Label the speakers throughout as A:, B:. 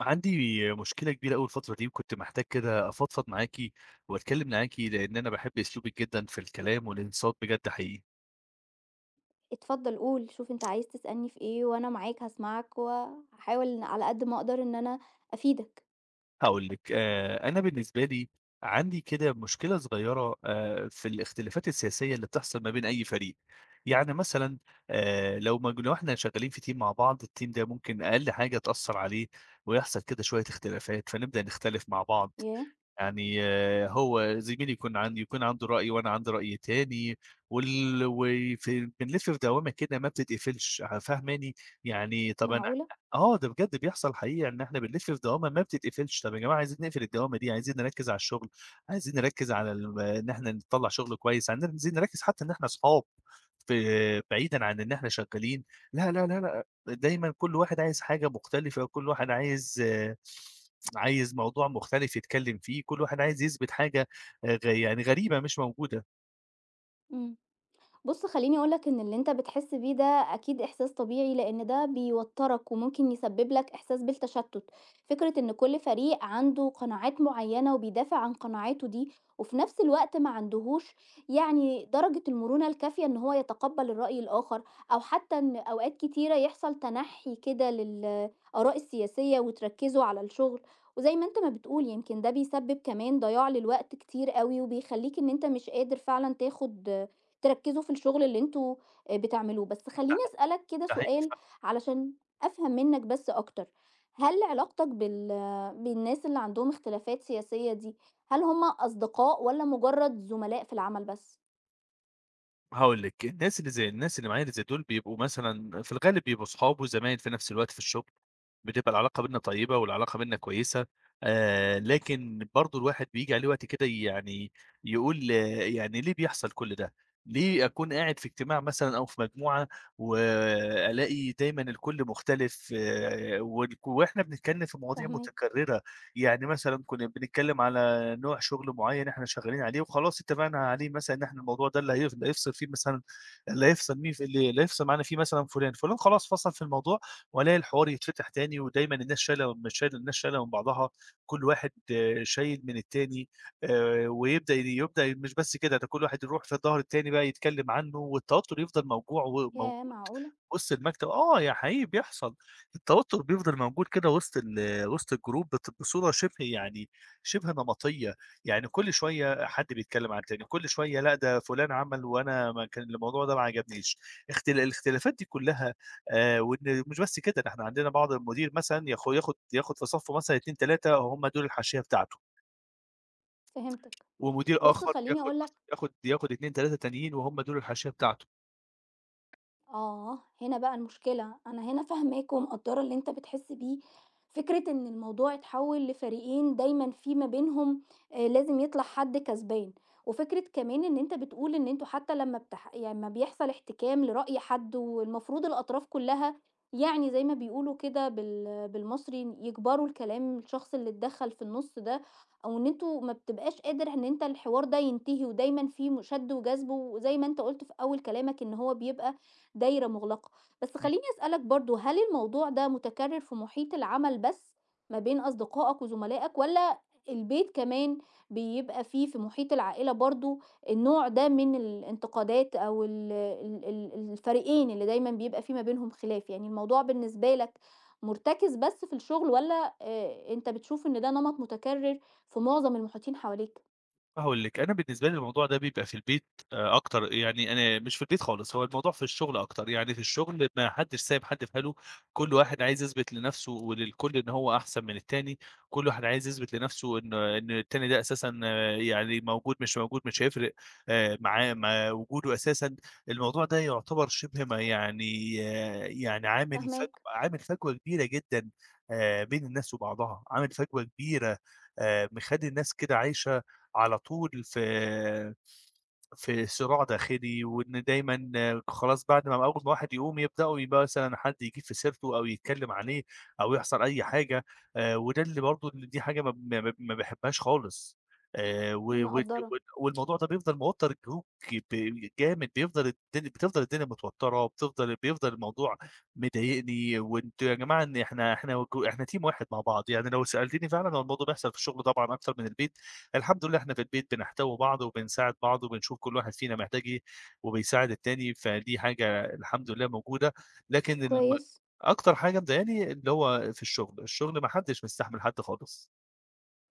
A: عندي مشكلة كبيرة أوي الفترة دي، وكنت محتاج كده أفضفض معاكِ وأتكلم معاكِ، لإن أنا باحب أسلوبِك جدًا في الكلام والانصات بجد حقيقي.
B: اتفضل قُل، شوف أنت عايز تسألني في إيه وأنا معاك هاسمعك، وهاحاول على قد ما أقدر إن أنا أفيدك.
A: هاقول لِك، أنا بالنسبة لي عندي كده مشكلة صغيرة في الاختلافات السياسية اللي بتحصل ما بين أي فريق. يعني مثلًا لو ما لو إحنا شغالين في team مع بعض، الteam ده ممكن أقل حاجة تأثّر عليه ويحصل كده شوية اختلافات، فنبدأ نختلف مع بعض.
B: ياه!
A: يعني هو زميلي يكون عنده رأي وأنا عندي رأي تاني وال وفي بنلِف في دوّامة كده ما بتتقفلش، ع فاهماني؟ يعني طَب أنا
B: معقولة!
A: آه، ده بجد بيحصل حقيقة إن إحنا بنلِف في دوّامة ما بتتقفلش. طَب يا جماعة عايزين نقفل الدوّامة دي، عايزين نركّز على الشغل، عايزين نركّز على إن إحنا نطلّع شغل كويس، عايزين نركّز حتى إن إحنا أصحاب في بعيدًا عن إن إحنا شغّالين. لا، لا، لا، لأ، دايمًا كل واحد عايز حاجة مختلفة، وكل واحد عايز آه، عايز موضوع مختلف يتكلّم فيه، كل واحد عايز يثبت حاجة غ يعني غريبة مش موجودة.
B: إمم. بُص خلّيني أقول لك إن اللي أنت بتحس بيه ده أكيد إحساس طبيعي، لإن ده بيوتّرك وممكن يسبب لك إحساس بالتشتت، فكرة إن كل فريق عنده قناعات معيّنة وبيدافع عن قناعاته دي، وفي نفس الوقت ما عندهوش يعني درجة المرونة الكافية إن هو يتقبّل الرأي الآخر، أو حتى إن أوقات كتيرة يحصل تنحي كده للآراء السياسية وتركّزوا على الشغل، وزي ما أنت ما بتقول يمكن ده بيسبب كمان ضياع للوقت كتير أوي، وبيخلّيك إن أنت مش قادر فعلًا تاخد تركّزوا في الشغل اللي أنتم بتعملوه، بس
A: ده
B: خلّيني
A: ح
B: أسألك كده
A: ده حقيقي.
B: سؤال علشان أفهم منّك بس أكتر، هل علاقتك بالناس اللي عندهم اختلافات سياسية دي، هل هم أصدقاء والّا مجرّد زملاء في العمل بس؟
A: هاقول لِك، الناس اللي معايا اللي زي دول بيبقوا مثلًا في الغالب بيبقوا صحاب وزمايل في نفس الوقت في الشغل، بتبقى العلاقة بيننا طيبة والعلاقة بيننا كويسة، لكن برضه الواحد بييجي عليه وقت كده يعني يقول يعني ليه بيحصل كل ده؟ ليه أكون قاعد في اجتماع مثلًا أو في مجموعة وألاقي دايمًا الكل مختلف آه، والك وإحنا بنتكلم في مواضيع
B: فاهماك،
A: متكررة. يعني مثلًا كنا بنتكلم على نوع شغل معين إحنا شغالين عليه وخلاص اتفقنا عليه مثلًا إن إحنا الموضوع ده اللي هيفصل فيه مثلًا اللي هيفصل مين في اللي اللي هيفصل معانا فيه مثلًا فلان، فلان خلاص فصل في الموضوع والاقي الحوار يتفتح تاني ودايمًا الناس شايلة من بعضها، كل واحد آه، شايل من التاني، ويبدأ مش بس كده، ده كل واحد يروح في ضهر التاني بقى يتكلم عنه والتوتر يفضل موجوع وموجود
B: ياه معقولة!
A: وسط المكتب آه، يا حقيقي بيحصل. التوتر بيفضل موجود كده وسط الجروب بصورة شبه يعني شِبه نمطية. يعني كل شوية حد بيتكلّم عن التاني، كل شوية لأ ده فُلان عمل وأنا ما كان الموضوع ده ما عجبنيش، الاختلافات دي كلّها، وإن مش بس كده، ده إحنا عندنا بعض المدير مثلًا ياخُد في صَفّه مثلًا 2، 3 هم دول الحاشية بتاعته،
B: فهمتك.
A: ومدير
B: بُص
A: آخر
B: خلّيني
A: ياخُد
B: أقول لك
A: مثلًا ياخُد 2، 3 تانيين وهم دول الحاشية بتاعته.
B: آه، هنا بقى المشكلة، أنا هنا فاهماك ومقدّرة اللي أنت بتحس بيه، فكرة إن الموضوع اتحوّل لفريقين دايمًا في ما بينهم لازم يطلع حد كسبان، وفكرة كمان إن أنت بتقول إن أنتم حتى لمّا بتح يعني لمّا بيحصل احتكام لرأي حد والمفروض الأطراف كلّها يعني زي ما بيقولوا كده بالمصري يكبروا الكلام الشخص اللي اتدخّل في النُص ده، أو إن أنتم ما بتبقاش قادر إن أنت الحوار ده ينتهي ودايمًا في م شَد وجذب وزي ما أنت قُلت في أول كلامك إن هو بيبقى دايرة مغلقة، بس خلّيني أسألك برضه، هل الموضوع ده متكرر في محيط العمل بس ما بين أصدقائك وزملائك، والّا البيت كمان بيبقى فيه في محيط العائلة برضه النوع ده من الانتقادات أو ال ال ال الفريقين اللي دايمًا بيبقى في ما بينهم خلاف، يعني الموضوع بالنسبة لك مُرتكز بس في الشغل، والّا أنت بتشوف إن ده نمط متكرر في معظم المحيطين حواليك؟
A: هاقول لِك، أنا بالنسبة لي الموضوع ده بيبقى في البيت أكتر، يعني أنا مش في البيت خالص، هو الموضوع في الشغل أكتر، يعني في الشغل ما حدش سايب حد في حاله، كل واحد عايز يثبت لنَفْسه وللكل إن هو أحسن من التاني، كل واحد عايز يثبت لنَفْسه إن التاني ده أساسًا يعني موجود مش موجود مش هيفرق معاه ما وجوده أساسًا. الموضوع ده يعتبر شِبه ما يعني آه، يعني
B: فاهماك،
A: عامل فجوة كبيرة جدًا بين الناس وبعضها، عامل فجوة كبيرة مخلّي الناس كده عايشة على طول في في صراع داخلي، وإن دايمًا خلاص بعد ما أول ما واحد يقوم يبدأوا يبقى مثلًا حد يجيب في سيرته أو يتكلّم عليه أو يحصل أي حاجة. وده اللي برضه اللي دي حاجة ما باحبهاش خالص. و وت
B: مقدّرة،
A: وال والموضوع ده بيفضل موتّر الجروب ب جامد، بيفضل الدنيا بتفضل الدنيا متوتّرة، بيفضل الموضوع مضايقني، وأنتم يا جماعة إن إحنا team واحد مع بعض. يعني لو سألتني فعلًا هو الموضوع بيحصل في الشغل طبعًا أكتر من البيت. الحمد لله إحنا في البيت بنحتوي بعض وبنساعد بعض وبنشوف كل واحد فينا محتاج إيه، وبيساعد التاني، فدي حاجة الحمد لله موجودة، لكن الم
B: كويس.
A: أكتر حاجة مضايقاني اللي هو في الشغل، الشغل ما حدش مستحمل حد خالص.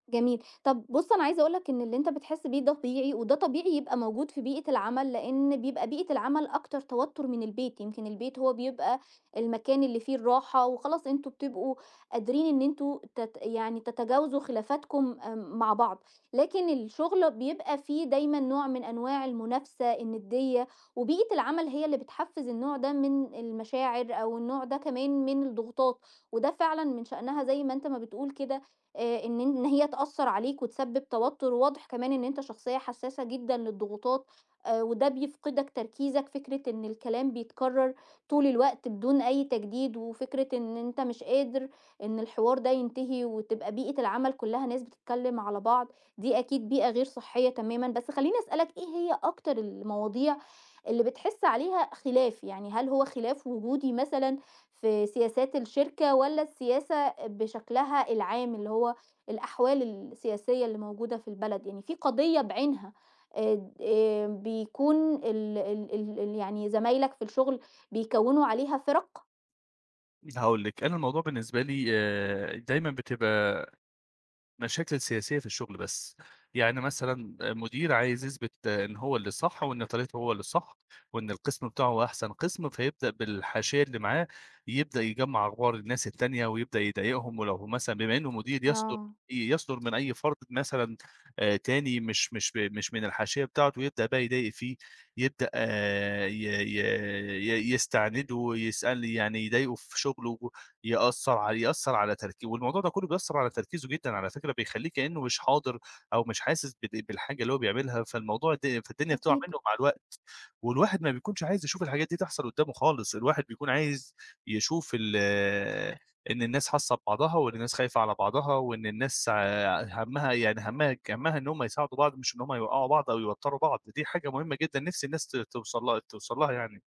B: جميل. طب بُص، أنا عايزة أقول لك إن اللي أنت بتحس بيه ده طبيعي، وده طبيعي يبقى موجود في بيئة العمل، لإن بيبقى بيئة العمل أكتر توتُّر من البيت، يمكن البيت هو بيبقى المكان اللي فيه الراحة وخلاص أنتم بتبقوا قادرين إن أنتم تت يعني تتجاوزوا خلافاتكم مع بعض، لكن الشغل بيبقى فيه دايمًا نوع من أنواع المنافسة، الندية، وبيئة العمل هي اللي بتحفّز النوع ده من المشاعر أو النوع ده كمان من الضغوطات، وده فعلًا من شأنها زي ما أنت ما بتقول كده إن هي تأثّر عليك وتسبّب توتُّر، وواضح كمان إن أنت شخصية حسّاسة جدًا للضغوطات وده بيفقدك تركيزك، فكرة إن الكلام بيتكرّر طول الوقت بدون أي تجديد وفكرة إن أنت مش قادر إن الحوار ده ينتهي وتبقى بيئة العمل كُلّها ناس بتتكلّم على بعض، دي أكيد بيئة غير صحّية تمامًا، بس خلّيني أسألك إيه هي أكتر المواضيع اللي بتحِس عليها خلاف؟ يعني هل هو خلاف وجودي مثلًا في سياسات الشركة والّا السياسة بشكلها العام، اللي هو الأحوال السياسية اللي موجودة في البلد، يعني في قضية بعينها بيكون ال ال ال ال يعني زمايلك في الشغل بيكوّنوا عليها فِرَق.
A: هاقول لِك، أنا الموضوع بالنسبة لي دايمًا بتبقى المشاكل السياسية في الشغل بس. يعني مثلًا مدير عايز يثبت إن هو اللي صح وإن طريقته هو اللي صح، وإن القسم بتاعه هو أحسن قسم، فيبدأ بالحاشية اللي معاه يبدأ يجمّع أخبار الناس التانية ويبدأ يضايقهم، ولو هو مثلًا بما إنه مدير
B: آه،
A: يصدر من أي فرد مثلًا تاني مش من الحاشية بتاعته يبدأ بقى يضايق فيه، يبدأ آه، ي ي ي يستعنده ويسأل يعني يضايقه في شغله. يأثّر على تركي والموضوع ده كلّه بيأثّر على تركيزه جدًا على فكرة، بيخلّيه كإنّه مش حاضر أو مش حاسس بالحاجة اللي هو بيعملها. فالموضوع د فالدنيا بتقع
B: أكيد.
A: منّه مع الوقت، والواحد ما بيكونش عايز يشوف الحاجات دي تحصل قدّامه خالص، الواحد بيكون عايز يشوف ال إن الناس حاصّة ببعضها، وإن الناس خايفة على بعضها، وإن الناس ع هَمّها يعني هَمّها إن هم يساعدوا بعض مش إن هم يوقّعوا بعض أو يوتّروا بعض. دي حاجة مهمة جدًا نِفْسي الناس ت توصل لها يعني.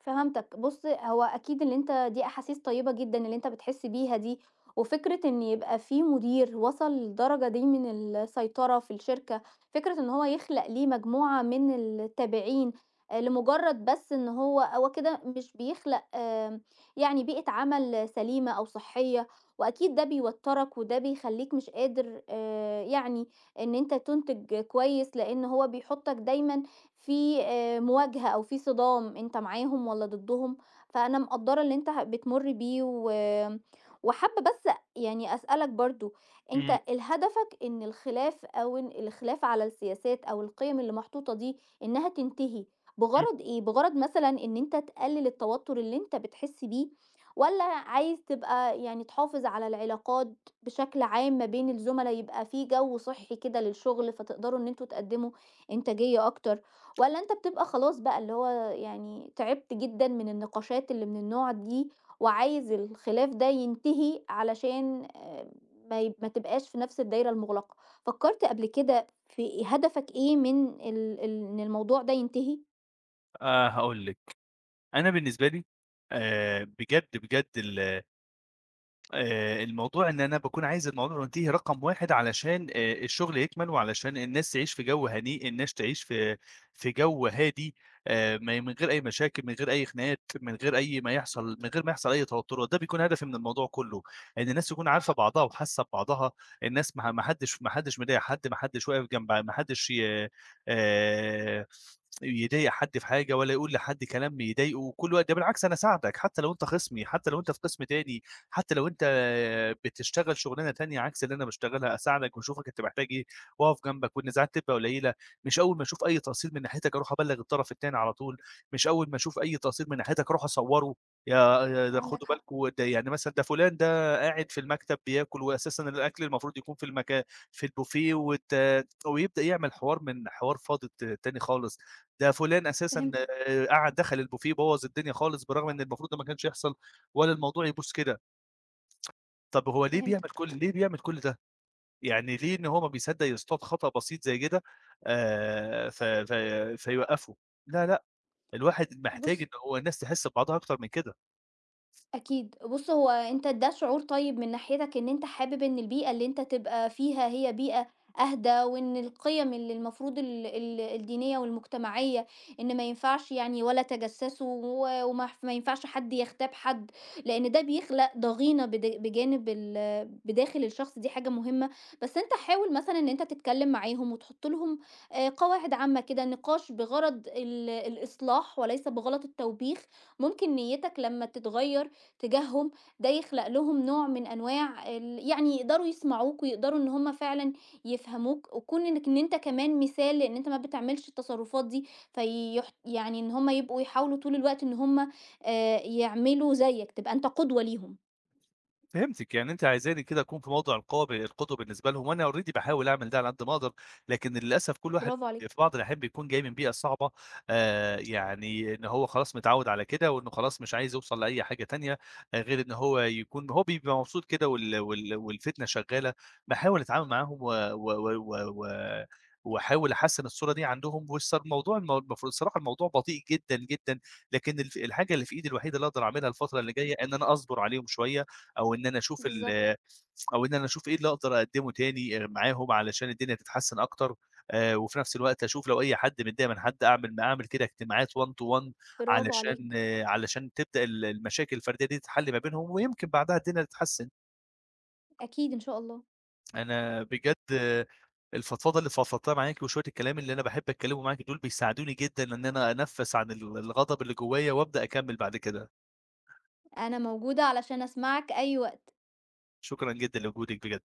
B: فهمتك. بُص، هو أكيد اللي أنت دي أحاسيس طيبة جدًا اللي أنت بتحس بيها دي، وفكرة إن يبقى في مدير وصل للدرجة دي من السيطرة في الشركة، فكرة إن هو يخلق ليه مجموعة من التابعين لمجرد بس إن هو كده مش بيخلق يعني بيئة عمل سليمة أو صحية، وأكيد ده بيوتّرك وده بيخلّيك مش قادر يعني إن أنت تنتج كويس، لإن هو بيحطك دايمًا في مواجهة أو في صِدام أنت معاهم والّا ضدهم، فأنا مقدّرة اللي أنت ه بتمُر بيه و وحابة بس يعني أسألك برضه،
A: إمم،
B: أنت هدفك إن الخلاف أو إن الخلاف على السياسات أو القِيَم اللي محطوطة دي إنها تنتهي
A: إمم.
B: بغرض إيه؟ بغرض مثلًا إن أنت تقلِّل التوتُّر اللي أنت بتحس بيه والّا عايز تبقى يعني تحافظ على العلاقات بشكل عام ما بين الزُملا، يبقى في جو صحّي كده للشُغل فتقدروا إن أنتم تقدِّموا إنتاجية أكتر؟ والّا أنت بتبقى خلاص بقى اللي هو يعني تعبت جدًا من النقاشات اللي من النوع دي، وعايز الخلاف ده ينتهي علشان ما ي ما تبقاش في نفس الدايرة المغلقة، فكرت قبل كده في هدفك إيه من ال ال إن الموضوع ده ينتهي؟
A: هاقول لِك، أنا بالنسبة لي بجد، بجد ال الموضوع إن أنا باكون عايز الموضوع ينتهي رقم 1 علشان الشغل يكمل، وعلشان الناس تعيش في جو هنيء، الناس تعيش في في جو هادي ما من غير أي مشاكل، من غير أي خناقات، من غير ما يحصل أي توتُّرات. ده بيكون هدفي من الموضوع كلّه، إن الناس تكون عارفة بعضها وحاسة ببعضها، الناس ما ما حدّش ما حدّش مضايق حد، ما حدّش ي آآ يضايق حد في حاجة ولا يقول لحد كلام يضايقه. وكل وقت ده بالعكس أنا أساعدك، حتى لو أنت خصمي، حتى لو أنت في قسم تاني، حتى لو أنت بتشتغل شغلانة تانية عكس اللي أنا باشتغلها، أساعدك وأشوفك أنت محتاج إيه، وأقف جنبك، والنزاعات تبقى قليلة. مش أول ما أشوف أي تقصير من ناحيتك أروح أبلّغ الطرف التاني على طول، مش أول ما أشوف أي تقصير من ناحيتك أروح أصوّره، يا يا ده
B: عندك
A: خدوا
B: حق،
A: بالكم ده يعني مثلًا ده فلان ده قاعد في المكتب بياكل، وأساسًا الأكل المفروض يكون في المكان في البوفيه ويبدأ يعمل حوار من حوار فاضي ت تاني خالص، ده فلان أساسًا
B: فهمتك،
A: آه، قعد دخل البوفيه بوّظ الدنيا خالص، بالرغم إن المفروض ده ما كانش يحصل، ولا الموضوع يبوظ كده. طب هو
B: فهمتك.
A: ليه بيعمل كل ده؟ يعني ليه إن هو ما بيصدّق يصطاد خطأ بسيط زي كده ف ف فيوقّفه؟ لا، لأ، الواحد محتاج
B: بُص
A: إن هو الناس تحِس ببعضها أكتر من كده.
B: أكيد. بُص، هو أنت ده شعور طيب من ناحيتك إن أنت حابب إن البيئة اللي أنت تبقى فيها هي بيئة أهدى، وإن القيم اللي المفروض ال ال الدينية والمجتمعية إن ما ينفعش يعني ولا تجسسوا و وما ف ما ينفعش حد يغتاب حد، لإن ده بيخلق ضغينة بد بجانب بداخل الشخص، دي حاجة مهمة. بس أنت حاول مثلًا إن أنت تتكلم معاهم وتحط لهم قواعد عامة كده، نقاش بغرض الإصلاح وليس بغرض التوبيخ. ممكن نيتك لمّا تتغير تجاههم، ده يخلق لهم نوع من أنواع يعني يقدروا يسمعوك ويقدروا إن هم فعلًا يفهموك، وكون إنك إن أنت كمان مثال لإن أنت ما بتعملش التصرفات دي، فيح يعني إن هم يبقوا يحاولوا طول الوقت إن هم يعملوا زيك، تبقى أنت قدوة ليهم.
A: فهمتِك، يعني أنتِ عايزاني كده أكون في موضع القدوة بالنسبة لهم، وأنا already باحاول أعمل ده على قد ما أقدر، لكن للأسف كل واحد
B: برافو
A: في
B: عليك،
A: بعض الأحيان بيكون جاي من بيئة صعبة. يعني إن هو خلاص متعوّد على كده، وإنه خلاص مش عايز يوصل لأي حاجة تانية، آه، غير إن هو يكون هو بيبقى مبسوط كده وال وال والفتنة شغالة. باحاول أتعامل معاهم و و و و و واحاول أحسّن الصورة دي عندهم، والص الموضوع المو المفروض الصراحة الموضوع بطيء جدًا، جدًا. لكن الحاجة اللي في إيدي الوحيدة اللي أقدر أعملها الفترة اللي جاية إن أنا أصبر عليهم شوية أو إن أنا أشوف ال
B: بالضبط،
A: أو إن أنا أشوف إيه اللي أقدر أقدّمه تاني معاهم علشان الدنيا تتحسّن أكتر. وفي نفس الوقت أشوف لو أي حد متضايق من حد أعمل كده اجتماعات one to one
B: برافو
A: علشان
B: عليك،
A: آه، علشان تبدأ المشاكل الفردية دي تتحل ما بينهم، ويمكن بعدها الدنيا تتحسّن.
B: أكيد إن شاء الله،
A: أنا بجد آه، الفضفضة اللي فضفضتها معاكِ وشوية الكلام اللي أنا باحب أتكلّمه معاكِ دول بيساعدوني جدًا إن أنا أنفّس عن الغضب اللي جوّايا وأبدأ أكمّل بعد كده.
B: أنا موجودة علشان أسمعك أي وقت.
A: شكرًا جدًا لوجودِك بجد.